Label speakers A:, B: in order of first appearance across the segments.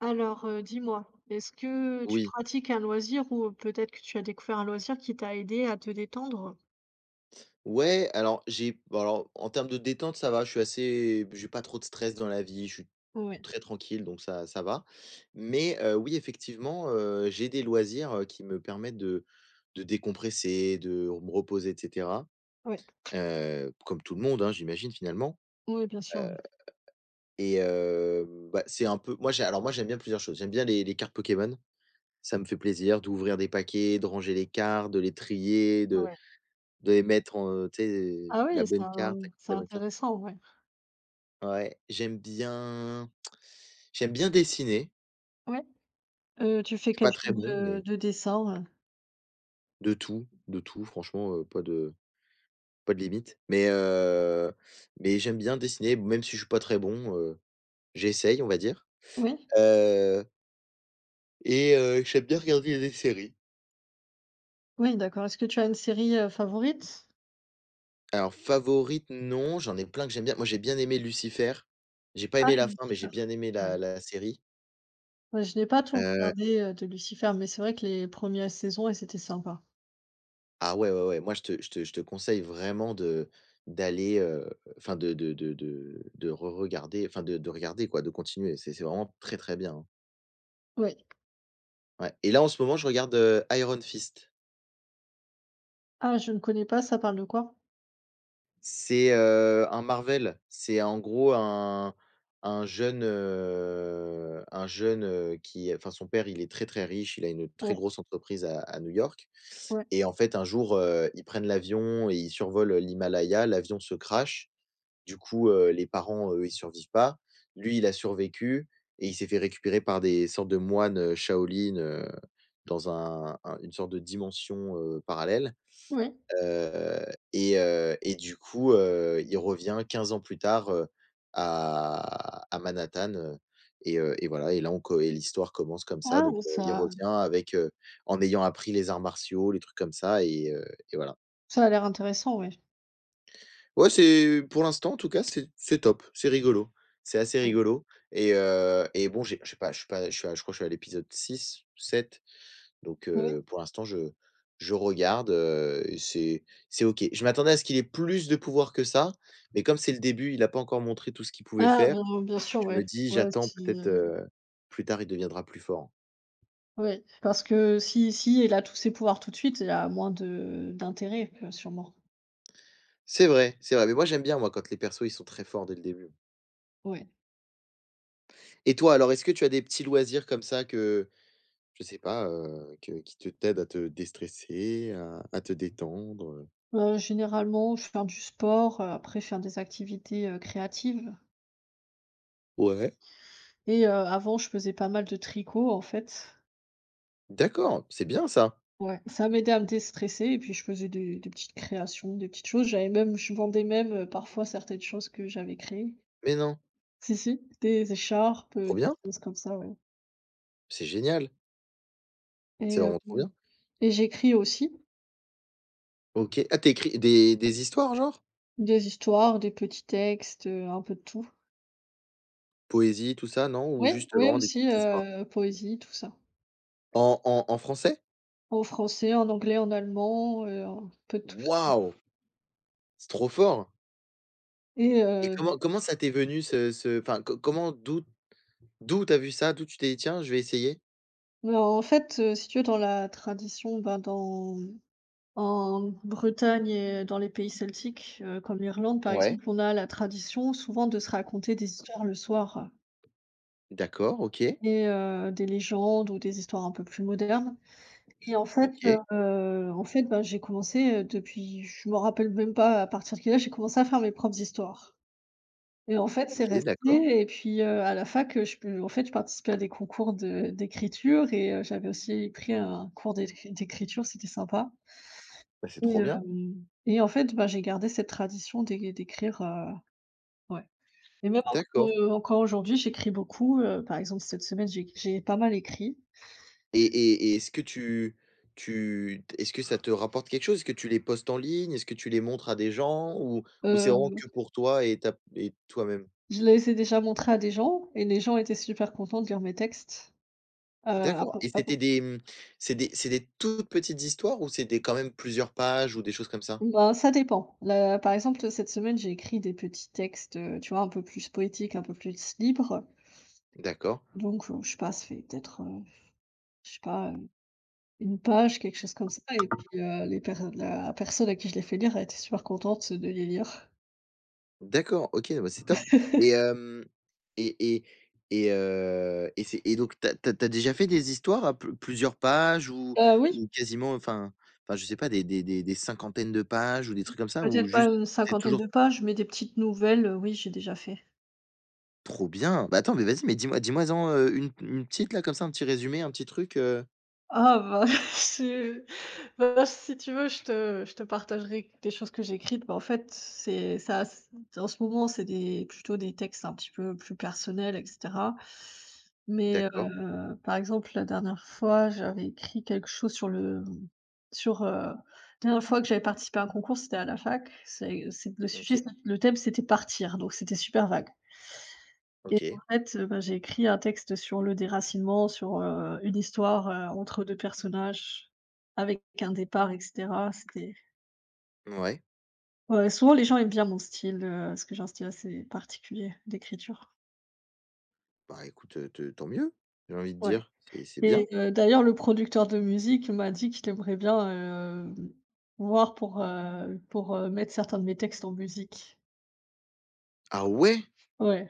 A: Alors, dis-moi, est-ce que tu
B: Oui.
A: pratiques un loisir ou peut-être que tu as découvert un loisir qui t'a aidé à te détendre?
B: Ouais, alors en termes de détente, ça va, je suis assez j'ai pas trop de stress dans la vie, je suis
A: Oui,
B: très tranquille, donc ça va. Mais oui, effectivement, j'ai des loisirs, qui me permettent de décompresser, de me reposer et cetera,
A: oui,
B: comme tout le monde, hein, j'imagine finalement,
A: oui, bien sûr.
B: heu et heu, bah, c'est un peu moi j'ai alors moi j'aime bien plusieurs choses. J'aime bien les cartes Pokémon, ça me fait plaisir d'ouvrir des paquets, de ranger les cartes, de les trier, de
A: Ouais.
B: de les mettre en, tu sais,
A: Ah oui,
B: la
A: c'est
B: bonne
A: un
B: carte à côté de
A: c'est
B: la bonne carte.
A: intéressant, ouais.
B: Ouais, j'aime bien dessiner.
A: Ouais, tu fais
B: Je suis
A: quel
B: pas très
A: genre
B: bon,
A: de
B: mais
A: de dessin?
B: de tout franchement, pas de limite. Mais j'aime bien dessiner, même si je suis pas très bon, j'essaye, on va dire.
A: Oui?
B: Heu j'aime bien regarder des séries.
A: Oui, d'accord. Est-ce que tu as une série, favorite?
B: Alors favorite, non, j'en ai plein que j'aime bien. Moi, j'ai bien aimé Lucifer. J'ai pas
A: Ah,
B: aimé la fin, mais
A: Lucifer,
B: j'ai bien aimé
A: ouais.
B: la série.
A: Ouais, je n'ai pas tout
B: Heu
A: regardé, de Lucifer, mais c'est vrai que les premières saisons, elles étaient sympas.
B: Ah, ouais, ouais, ouais, moi je te conseille vraiment de d'aller, enfin de re-regarder, enfin de regarder quoi, de continuer. C'est vraiment très, très bien, hein.
A: Ouais.
B: Ouais et là en ce moment je regarde, Iron Fist.
A: Ah, je ne connais pas, ça parle de quoi?
B: C'est, un Marvel, c'est en gros un jeune, un jeune, qui enfin son père il est très, très riche, il a une très
A: Ouais,
B: grosse entreprise à New York
A: ouais,
B: et en fait un jour, ils prennent l'avion et ils survolent l'Himalaya, l'avion se crache. Du coup, les parents, eux, ils survivent pas. Lui, il a survécu et il s'est fait récupérer par des sortes de moines, shaolins, dans un une sorte de dimension, parallèle,
A: ouais.
B: heu du coup, il revient 15 ans plus tard, à Manhattan, et voilà et là on co et l'histoire commence comme ça,
A: Ah,
B: donc il
A: ça
B: revient en ayant appris les arts martiaux, les trucs comme ça, et voilà.
A: Ça a l'air intéressant, ouais.
B: Ouais, c'est pour l'instant en tout cas, c'est top, c'est rigolo. C'est assez
A: Ouais.
B: rigolo et bon, j'ai je sais pas je suis pas je suis à, je crois que je suis à l'épisode six, sept, donc
A: Oui.
B: pour l'instant je regarde, c'est OK. Je m'attendais à ce qu'il ait plus de pouvoir que ça, mais comme c'est le début, il a pas encore montré tout ce qu'il pouvait
A: Ah
B: faire,
A: bien bien sûr,
B: je
A: ouais.
B: me dis:
A: Ouais,
B: «J'attends,
A: si,
B: peut-être plus tard il deviendra plus fort».
A: ouais, parce que si si elle a tous ses pouvoirs tout de suite, elle a moins de d'intérêt, sûrement.
B: C'est vrai, mais moi j'aime bien moi quand les persos ils sont très forts dès le début.
A: Ouais.
B: Et toi alors, est-ce que tu as des petits loisirs comme ça que... Je sais pas, que qui te t'aide à te déstresser, à te détendre.
A: Généralement, je faire du sport, après faire des activités, créatives
B: Ouais,
A: et avant, je faisais pas mal de tricot, en fait.
B: d'accord, c'est bien ça.
A: Ouais, ça m'aidait à me déstresser et puis je faisais des petites créations, des petites choses. J'avais même je vendais même, parfois certaines choses que j'avais créées.
B: Mais non,
A: Si, si, des écharpes,
B: trop
A: des
B: bien,
A: choses comme ça, ouais
B: c'est génial,
A: et
B: c'est vraiment trop bien.
A: et j'écris aussi
B: OK. Ah, tu écris des histoires genre?
A: des histoires, des petits textes, un peu de tout.
B: Poésie tout ça, non? Ou
A: Oui,
B: juste
A: oui
B: vraiment des
A: aussi,
B: petites histoires?
A: poésie, tout ça.
B: En français?
A: En français, en anglais, en allemand, un peu de tout
B: Waouh! C'est trop fort.
A: et
B: Et comment
A: des
B: comment ça t'est venu ce ce enfin co comment d'où t'as vu ça? D'où tu t'es dit: «Tiens, je vais essayer»?
A: mais en fait, si tu veux, dans la tradition, ben, dans en Bretagne et dans les pays celtiques, comme l'Irlande, par
B: Ouais,
A: exemple, on a la tradition souvent de se raconter des histoires le soir
B: d'accord, OK,
A: et des légendes ou des histoires un peu plus modernes. Et
B: OK,
A: en fait, bah, j'ai commencé, depuis je me rappelle même pas à partir de quel âge j'ai commencé à faire mes propres histoires et en fait, c'est
B: OK, d'accord.
A: resté et puis, à la fac, je peux en fait, je participais à des concours de d'écriture et j'avais aussi pris un cours d'écriture, c'était sympa
B: Bah, c'est
A: et
B: trop bien.
A: hem et en fait, bah, j'ai gardé cette tradition d'écrire, ouais et même encore,
B: D'accord.
A: encore aujourd'hui, j'écris beaucoup, par exemple, cette semaine, j'ai pas mal écrit,
B: Et est-ce que tu est-ce que ça te rapporte quelque chose? Est-ce que tu les postes en ligne? Est-ce que tu les montres à des gens? Ou c'est vraiment
A: heu
B: que pour toi et ta et toi-même?
A: je les ai déjà montrés à des gens et les gens étaient super contents de lire mes textes. À
B: D'accord,
A: peu
B: et c'était des, c'est des, toutes petites histoires, ou c'était quand même plusieurs pages ou des choses comme ça?
A: Ben, ça dépend. Là, par exemple, cette semaine, j'ai écrit des petits textes, tu vois, un peu plus poétiques, un peu plus libres.
B: D'accord.
A: Donc, je sais pas, ça fait peut-être, je sais pas, une page, quelque chose comme ça et puis, les per la personne à qui je l'ai fait lire, elle était super contente de les lire.
B: D'accord, OK, bah, c'est top. Et hem et et et c'est et donc t'as, as tu déjà fait des histoires à plusieurs pages ou
A: Oui,
B: quasiment, je sais pas, des cinquantaines de pages ou des trucs comme ça? Ou
A: peut-être pas
B: juste
A: une
B: c'est
A: cinquantaine
B: toujours
A: de pages, mais des petites nouvelles, oui, j'ai déjà fait.
B: trop bien? Bah, attends, mais vas-y, mais dis-moi en, une petite là, comme ça, un petit résumé, un petit truc,
A: Ah bah, c'est bah, si tu veux, je te partagerai des choses que j'ai écrites. Bah, en fait, c'est ça c en ce moment, c'est des plutôt des textes un petit peu plus personnels et cetera. Mais,
B: D'accord,
A: par exemple, la dernière fois, j'avais écrit quelque chose sur le sur, la dernière fois que j'avais participé à un concours, c'était à la fac. C'est le sujet,
B: OK,
A: c'est le thème, c'était «Partir», donc c'était super vague. Et en
B: OK,
A: fait, bah, j'ai écrit un texte sur le déracinement, sur, une histoire, entre 2 personnages, avec un départ et cetera. C'était
B: ouais.
A: ouais, souvent les gens aiment bien mon style, parce que j'ai un style assez particulier d'écriture.
B: Bah, écoute, te tant mieux, j'ai envie de
A: Ouais
B: dire, c'est
A: et
B: bien.
A: d'ailleurs le producteur de musique m'a dit qu'il aimerait bien, voir pour, mettre certains de mes textes en musique.
B: Ah, ouais?
A: Ouais.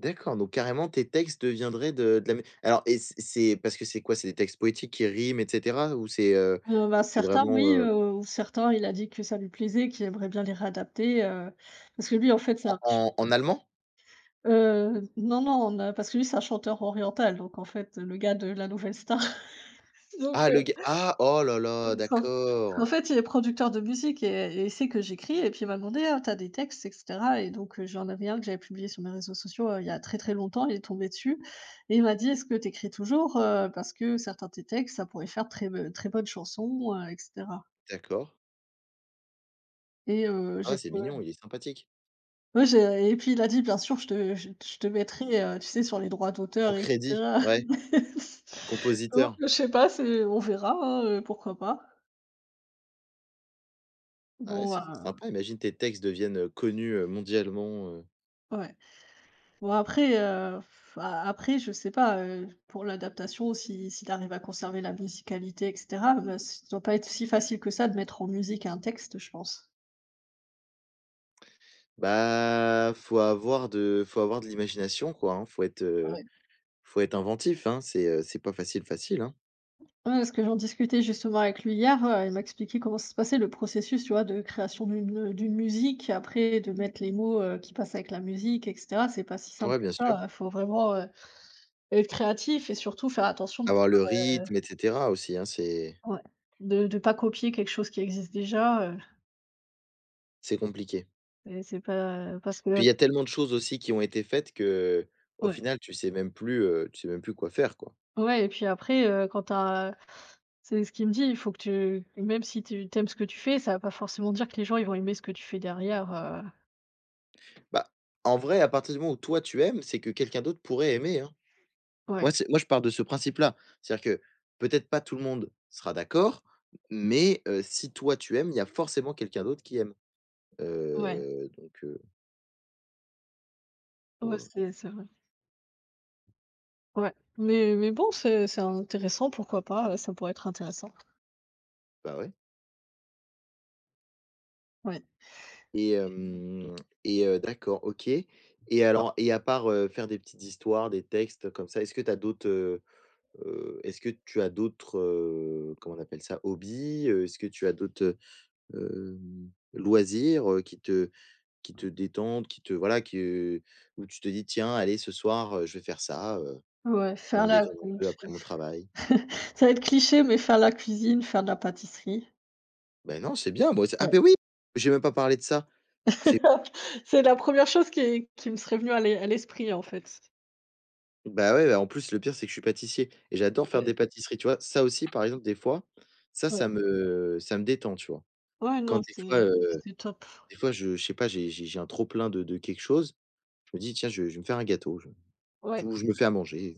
B: D'accord, donc carrément tes textes deviendraient de la mé alors et C'est parce que c'est quoi? C'est des textes poétiques qui riment et cetera?
A: Bah,
B: Ou c'est
A: certains
B: vraiment,
A: oui,
B: heu,
A: ou certains il a dit que ça lui plaisait, qu'il aimerait bien les réadapter, parce que lui en fait c'est
B: en
A: un
B: en en allemand?
A: Non, non, on a parce que lui, c'est un chanteur oriental, donc en fait, le gars de La Nouvelle Star. Donc
B: Ah, le gars, ah! Oh là là,
A: parce
B: d'accord,
A: qu'en fait, il est producteur de musique et il sait que j'écris et puis il m'a demandé: «Ah, tu as des textes?» et cetera et donc j'en avais un que j'avais publié sur mes réseaux sociaux, il y a très, très longtemps, il est tombé dessus et il m'a dit: «Est-ce que tu écris toujours, parce que certains de tes textes, ça pourrait faire de très bonnes chansons», et cetera
B: d'accord.
A: et
B: Ah ouais,
A: j'ai
B: c'est
A: fe
B: mignon, il est sympathique.
A: Oui, j'ai et puis il a dit: «Bien sûr, je te mettrai, tu sais, sur les droits d'auteur
B: En
A: et
B: crédit,
A: cetera».
B: ouais,
A: Donc
B: compositeur.
A: je sais pas, c'est on verra, hein, pourquoi pas.
B: Ah ouais,
A: Bon,
B: ce serait sympa, imagine tes textes deviennent, connus, mondialement,
A: ouais. Bon après, a après je sais pas, pour l'adaptation si s'il arrive à conserver la musicalité et cetera, bah, ça doit pas être si facile que ça de mettre en musique un texte, je pense.
B: Bah, faut avoir de l'imagination, quoi, hein,
A: Ouais.
B: faut être inventif, hein, c'est pas facile facile, hein.
A: Ouais, parce que j'en discutais justement avec lui hier, il m'a expliqué comment ça se passait le processus, tu vois, de création d'une, d'une musique, après de mettre les mots, qui passent avec la musique et cetera. C'est pas si simple
B: Ouais,
A: que
B: bien
A: ça,
B: sûr.
A: il faut vraiment, être créatif et surtout faire attention
B: Avoir le rythme et cetera aussi, hein, c'est
A: ouais, de ne pas copier quelque chose qui existe déjà,
B: c'est compliqué.
A: et c'est pas parce que
B: Puis il y a tellement de choses aussi qui ont été faites que au
A: ouais,
B: final tu sais même plus, tu sais même plus quoi faire, quoi.
A: ouais et puis après, quand tu c'est ce qu'il me dit, il faut que tu même si tu aimes ce que tu fais, ça va pas forcément dire que les gens, ils vont aimer ce que tu fais derrière,
B: Bah, en vrai, à partir du moment où toi tu aimes, c'est que quelqu'un d'autre pourrait aimer, hein. Moi
A: ouais,
B: c'est moi je pars de ce principe-là. C'est-à-dire que peut-être pas tout le monde sera d'accord, mais si toi tu aimes, il y a forcément quelqu'un d'autre qui aime.
A: ouais,
B: Heu, donc heu,
A: ouais,
B: voilà.
A: c'est vrai. Ouais, mais bon, c'est intéressant, pourquoi pas, ça pourrait être intéressant.
B: Bah ouais.
A: Ouais,
B: Et hem et d'accord, OK, et alors, et à part, faire des petites histoires, des textes comme ça, est-ce que tu as d'autres, est-ce que tu as d'autres, comment on appelle ça? Hobbies? Est-ce que tu as d'autres, loisirs, qui te détendent, qui te voilà, qui, où tu te dis: «Tiens, allez, ce soir, je vais faire ça,
A: ouais,
B: ça va
A: faire
B: me
A: la
B: détendre un peu après mon travail».
A: ça va être cliché, mais faire la cuisine, faire de la pâtisserie.
B: Ben non, c'est bien, moi, c'est, ah,
A: Ouais.
B: ben oui! J'ai même pas parlé de ça. C'est...
A: C'est la première chose qui me serait venue à l'esprit, en fait.
B: Bah, ouais, bah, en plus, le pire, c'est que je suis pâtissier et j'adore faire
A: Ouais,
B: des pâtisseries, tu vois? Ça aussi, par exemple, des fois, ça,
A: ouais.
B: ça me détend, tu vois?
A: Ouais,
B: Quand
A: non,
B: des fois, heu,
A: c'est top.
B: des fois, je sais pas, j'ai un trop plein de quelque chose, je me dis: «Tiens, je vais me faire un gâteau, je
A: Ouais
B: ou je me fais à manger».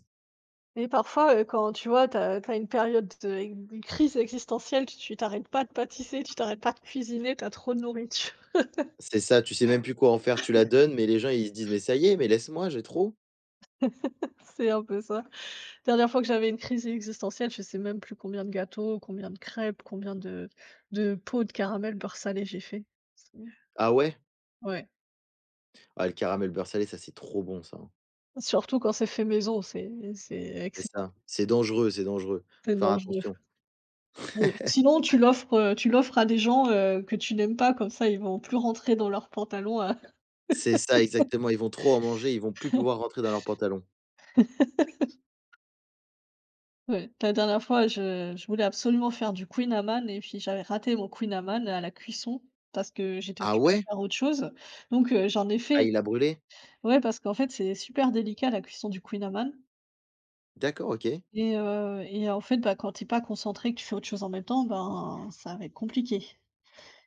A: et parfois, quand tu vois, t'as une période de crise existentielle, tu t'arrêtes pas de pâtisser, tu t'arrêtes pas de cuisiner, t'as trop de nourriture.
B: C'est ça, tu sais même plus quoi en faire, tu la donnes, mais les gens, ils se disent: «Mais ça y est, mais laisse-moi, j'ai trop».
A: C'est un peu ça. Dernière fois que j'avais une crise existentielle, je sais même plus combien de gâteaux, combien de crêpes, combien de pots de caramel beurre salé j'ai fait. C'est
B: Ah ouais?
A: ouais,
B: Ah, le caramel beurre salé, ça, c'est trop bon ça, hein.
A: surtout quand c'est fait maison, c'est
B: C'est
A: excellent,
B: ça, c'est dangereux, c'est dangereux.
A: c'est
B: Faut faire
A: dangereux.
B: attention.
A: Oui, sinon tu l'offres à des gens, que tu n'aimes pas comme ça ils vont plus rentrer dans leurs pantalons à
B: C'est ça, exactement, ils vont trop en manger, ils vont plus pouvoir rentrer dans leurs pantalons.
A: ouais, la dernière fois je voulais absolument faire du Queen Amman et puis j'avais raté mon Queen Amman à la cuisson parce que j'étais
B: Ah
A: occupée à
B: ouais?
A: faire autre chose donc j'en ai
B: Ah,
A: fait
B: il a brûlé?
A: Ouais, parce qu'en fait, c'est super délicat la cuisson du queen amman
B: D'accord, OK.
A: et en fait, bah, quand t'es pas concentré, que tu fais autre chose en même temps, ben, ça va être compliqué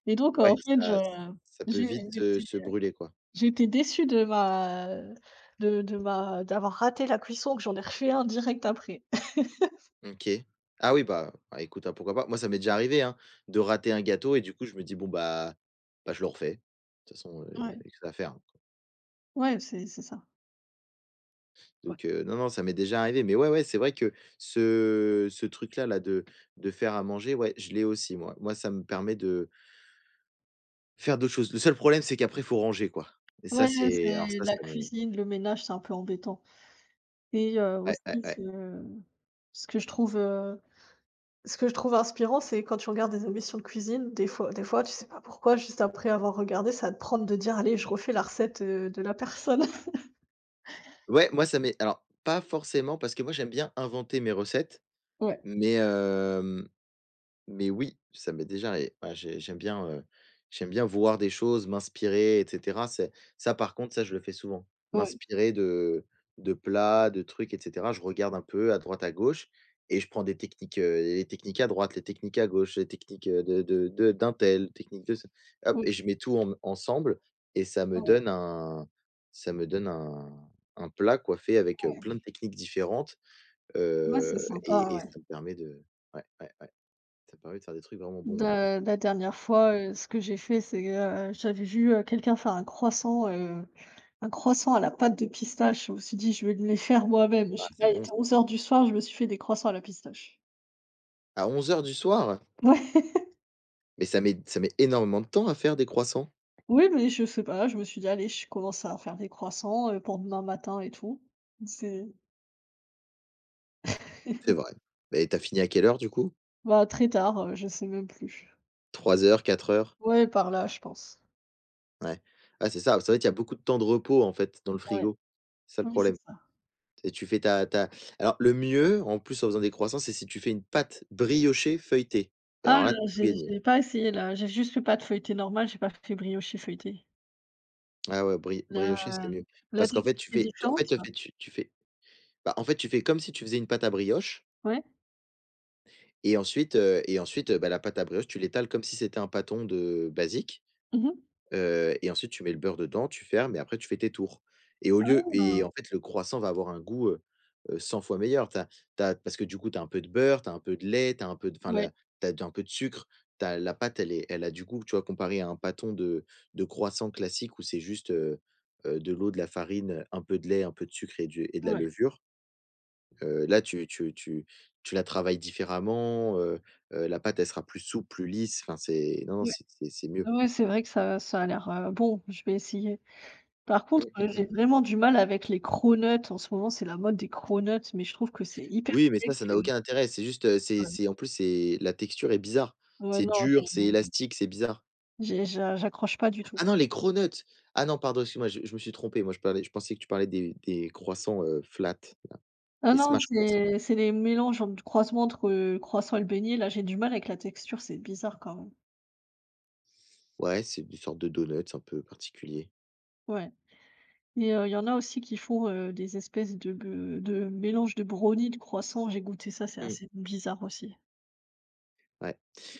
A: et donc
B: Ouais,
A: en fait, je
B: ça peut vite
A: j'ai j'étais
B: se brûler, quoi.
A: j'étais déçue de ma d'avoir raté la cuisson, que j'en ai refait un direct après.
B: OK. Ah oui, bah, bah, écoute, hein, pourquoi pas? Moi, ça m'est déjà arrivé, hein, de rater un gâteau et du coup, je me dis: «Bon, je le refais. De toute façon,
A: Ouais,
B: y a que ça à faire, hein».
A: ouais, c'est ça, ouais.
B: Donc non, non, ça m'est déjà arrivé. Mais ouais, ouais, c'est vrai que ce truc-là, là, de faire à manger, ouais, je l'ai aussi, moi. Moi, ça me permet de faire d'autres choses. Le seul problème, c'est qu'après, il faut ranger, quoi. Et ça,
A: Ouais,
B: c'est alors
A: c'est
B: ça,
A: la
B: ça me
A: cuisine, le ménage, c'est un peu embêtant et
B: ouais,
A: aussi,
B: ouais, ouais.
A: ce que je trouve, euh, ce que je trouve inspirant, c'est quand tu regardes des émissions de cuisine, des fois, tu sais pas pourquoi, juste après avoir regardé, ça va te prendre de dire: «Allez, je refais la recette, de la personne».
B: Ouais, moi, ça m'est, alors, pas forcément, parce que moi, j'aime bien inventer mes recettes.
A: Ouais,
B: Mais hem, mais oui, ça m'est déjà arri ouais, j'aime bien voir des choses, m'inspirer et cetera. C'est ça par contre, ça je le fais souvent.
A: ouais,
B: M'inspirer de plats, de trucs et cetera. Je regarde un peu à droite, à gauche, et je prends des techniques, les techniques à droite, les techniques à gauche, les techniques, de d'un tel, technique de ce... Hop,
A: oui,
B: et je mets tout en ensemble, et ça me
A: ouais,
B: donne un... ça me donne un un plat, coiffé avec,
A: ouais.
B: plein de techniques différentes.
A: Ouais,
B: Heu
A: c'est sympa,
B: et
A: ouais.
B: ça me permet de... ouais, ouais, ouais, ça me permet de faire des trucs vraiment bons en plus.
A: Da La dernière fois, ce que j'ai fait, c'est, j'avais vu, quelqu'un faire un croissant à la pâte de pistache. Je me suis dit: «Je vais les faire moi-même». Je
B: Ah,
A: sais pas,
B: c'est
A: il
B: bon
A: était
B: ça.
A: onze heures du soir, je me suis fait des croissants à la pistache.
B: À onze heures du soir?
A: Ouais.
B: Mais ça met énormément de temps à faire des croissants.
A: Oui, mais je sais pas, je me suis dit: «Allez, je commence à faire des croissants, pour demain matin et tout». C'est
B: C'est vrai. Mais tu as fini à quelle heure, du coup?
A: bah, très tard, je sais même plus.
B: Trois heures, quatre heures.
A: Ouais, par là, je pense.
B: Ouais. Ah c'est ça, ça veut dire qu'il y a beaucoup de temps de repos en fait dans le
A: Ouais,
B: frigo. C'est ça le
A: oui, c'est
B: problème.
A: ça.
B: Et tu fais ta ta alors le mieux en plus en faisant des croissants, c'est si tu fais une pâte briochée feuilletée, et
A: Ah
B: alors là, tu
A: non,
B: as tout
A: j'ai
B: gagné.
A: j'ai pas essayé là. J'ai juste fait pâte feuilletée normale, j'ai pas fait brioche et feuilletée.
B: Ah ouais,
A: La
B: briochée, c'est mieux
A: la
B: parce qu'en fait,
A: technique
B: tu
A: est
B: fais tu en fait,
A: différente?
B: tu fais tu tu fais... Bah, en fait, tu fais comme si tu faisais une pâte à brioche,
A: Ouais.
B: et ensuite, bah, la pâte à brioche, tu l'étales comme si c'était un pâton de basique,
A: Mmh.
B: et ensuite tu mets le beurre dedans, tu fermes, et après tu fais tes tours et au lieu
A: Ah,
B: et en fait, le croissant va avoir un goût, 100 fois meilleur. T'as t'as parce que du coup, tu as un peu de beurre, tu as un peu de lait, tu as un peu de enfin,
A: ouais,
B: la t'as un peu de sucre. T'as la pâte, elle a du goût, tu vois? Comparé à un pâton de croissant classique où c'est juste, de l'eau, de la farine, un peu de lait, un peu de sucre, et du et de la
A: ouais,
B: levure. Là, tu tu tu tu la travailles différemment, la pâte, elle sera plus souple, plus lisse, enfin, c'est non, non,
A: ouais.
B: c'est mieux.
A: Ouais, c'est vrai que ça ça a l'air, bon, je vais essayer. Par contre,
B: Mmh, mh mh.
A: j'ai vraiment du mal avec les cronuts. En ce moment, c'est la mode des cronuts, mais je trouve que c'est hyper
B: Oui, mais
A: sec,
B: ça n'a aucun intérêt. C'est juste,
A: ouais.
B: c'est, en plus, c'est la texture est bizarre.
A: Ouais,
B: C'est
A: non,
B: dur, c'est élastique, c'est bizarre.
A: j'accroche pas du tout.
B: Ah non, les cronuts! Ah non, pardon, excuse-moi, je me suis trompé. Moi, je pensais que tu parlais des croissants, flat,
A: Ah
B: les
A: non,
B: smash croissants.
A: c'est les mélanges entre croisement entre, croissant et le beignet, là, j'ai du mal avec la texture, c'est bizarre quand même.
B: Ouais, c'est une sorte de donuts un peu particulier.
A: Ouais et il y en a aussi qui font, des espèces de mélange de brownie, de croissant, j'ai goûté ça, c'est assez bizarre aussi.
B: Ouais.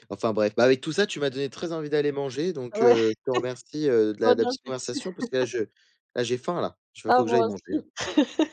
B: Enfin bref, bah, avec tout ça, tu m'as donné très envie d'aller manger, donc
A: Ouais,
B: je te remercie, de
A: bon
B: la petite
A: appétit.
B: conversation, parce que là je... là j'ai faim là, il
A: À
B: faut que j'aille
A: moi
B: manger là.
A: aussi.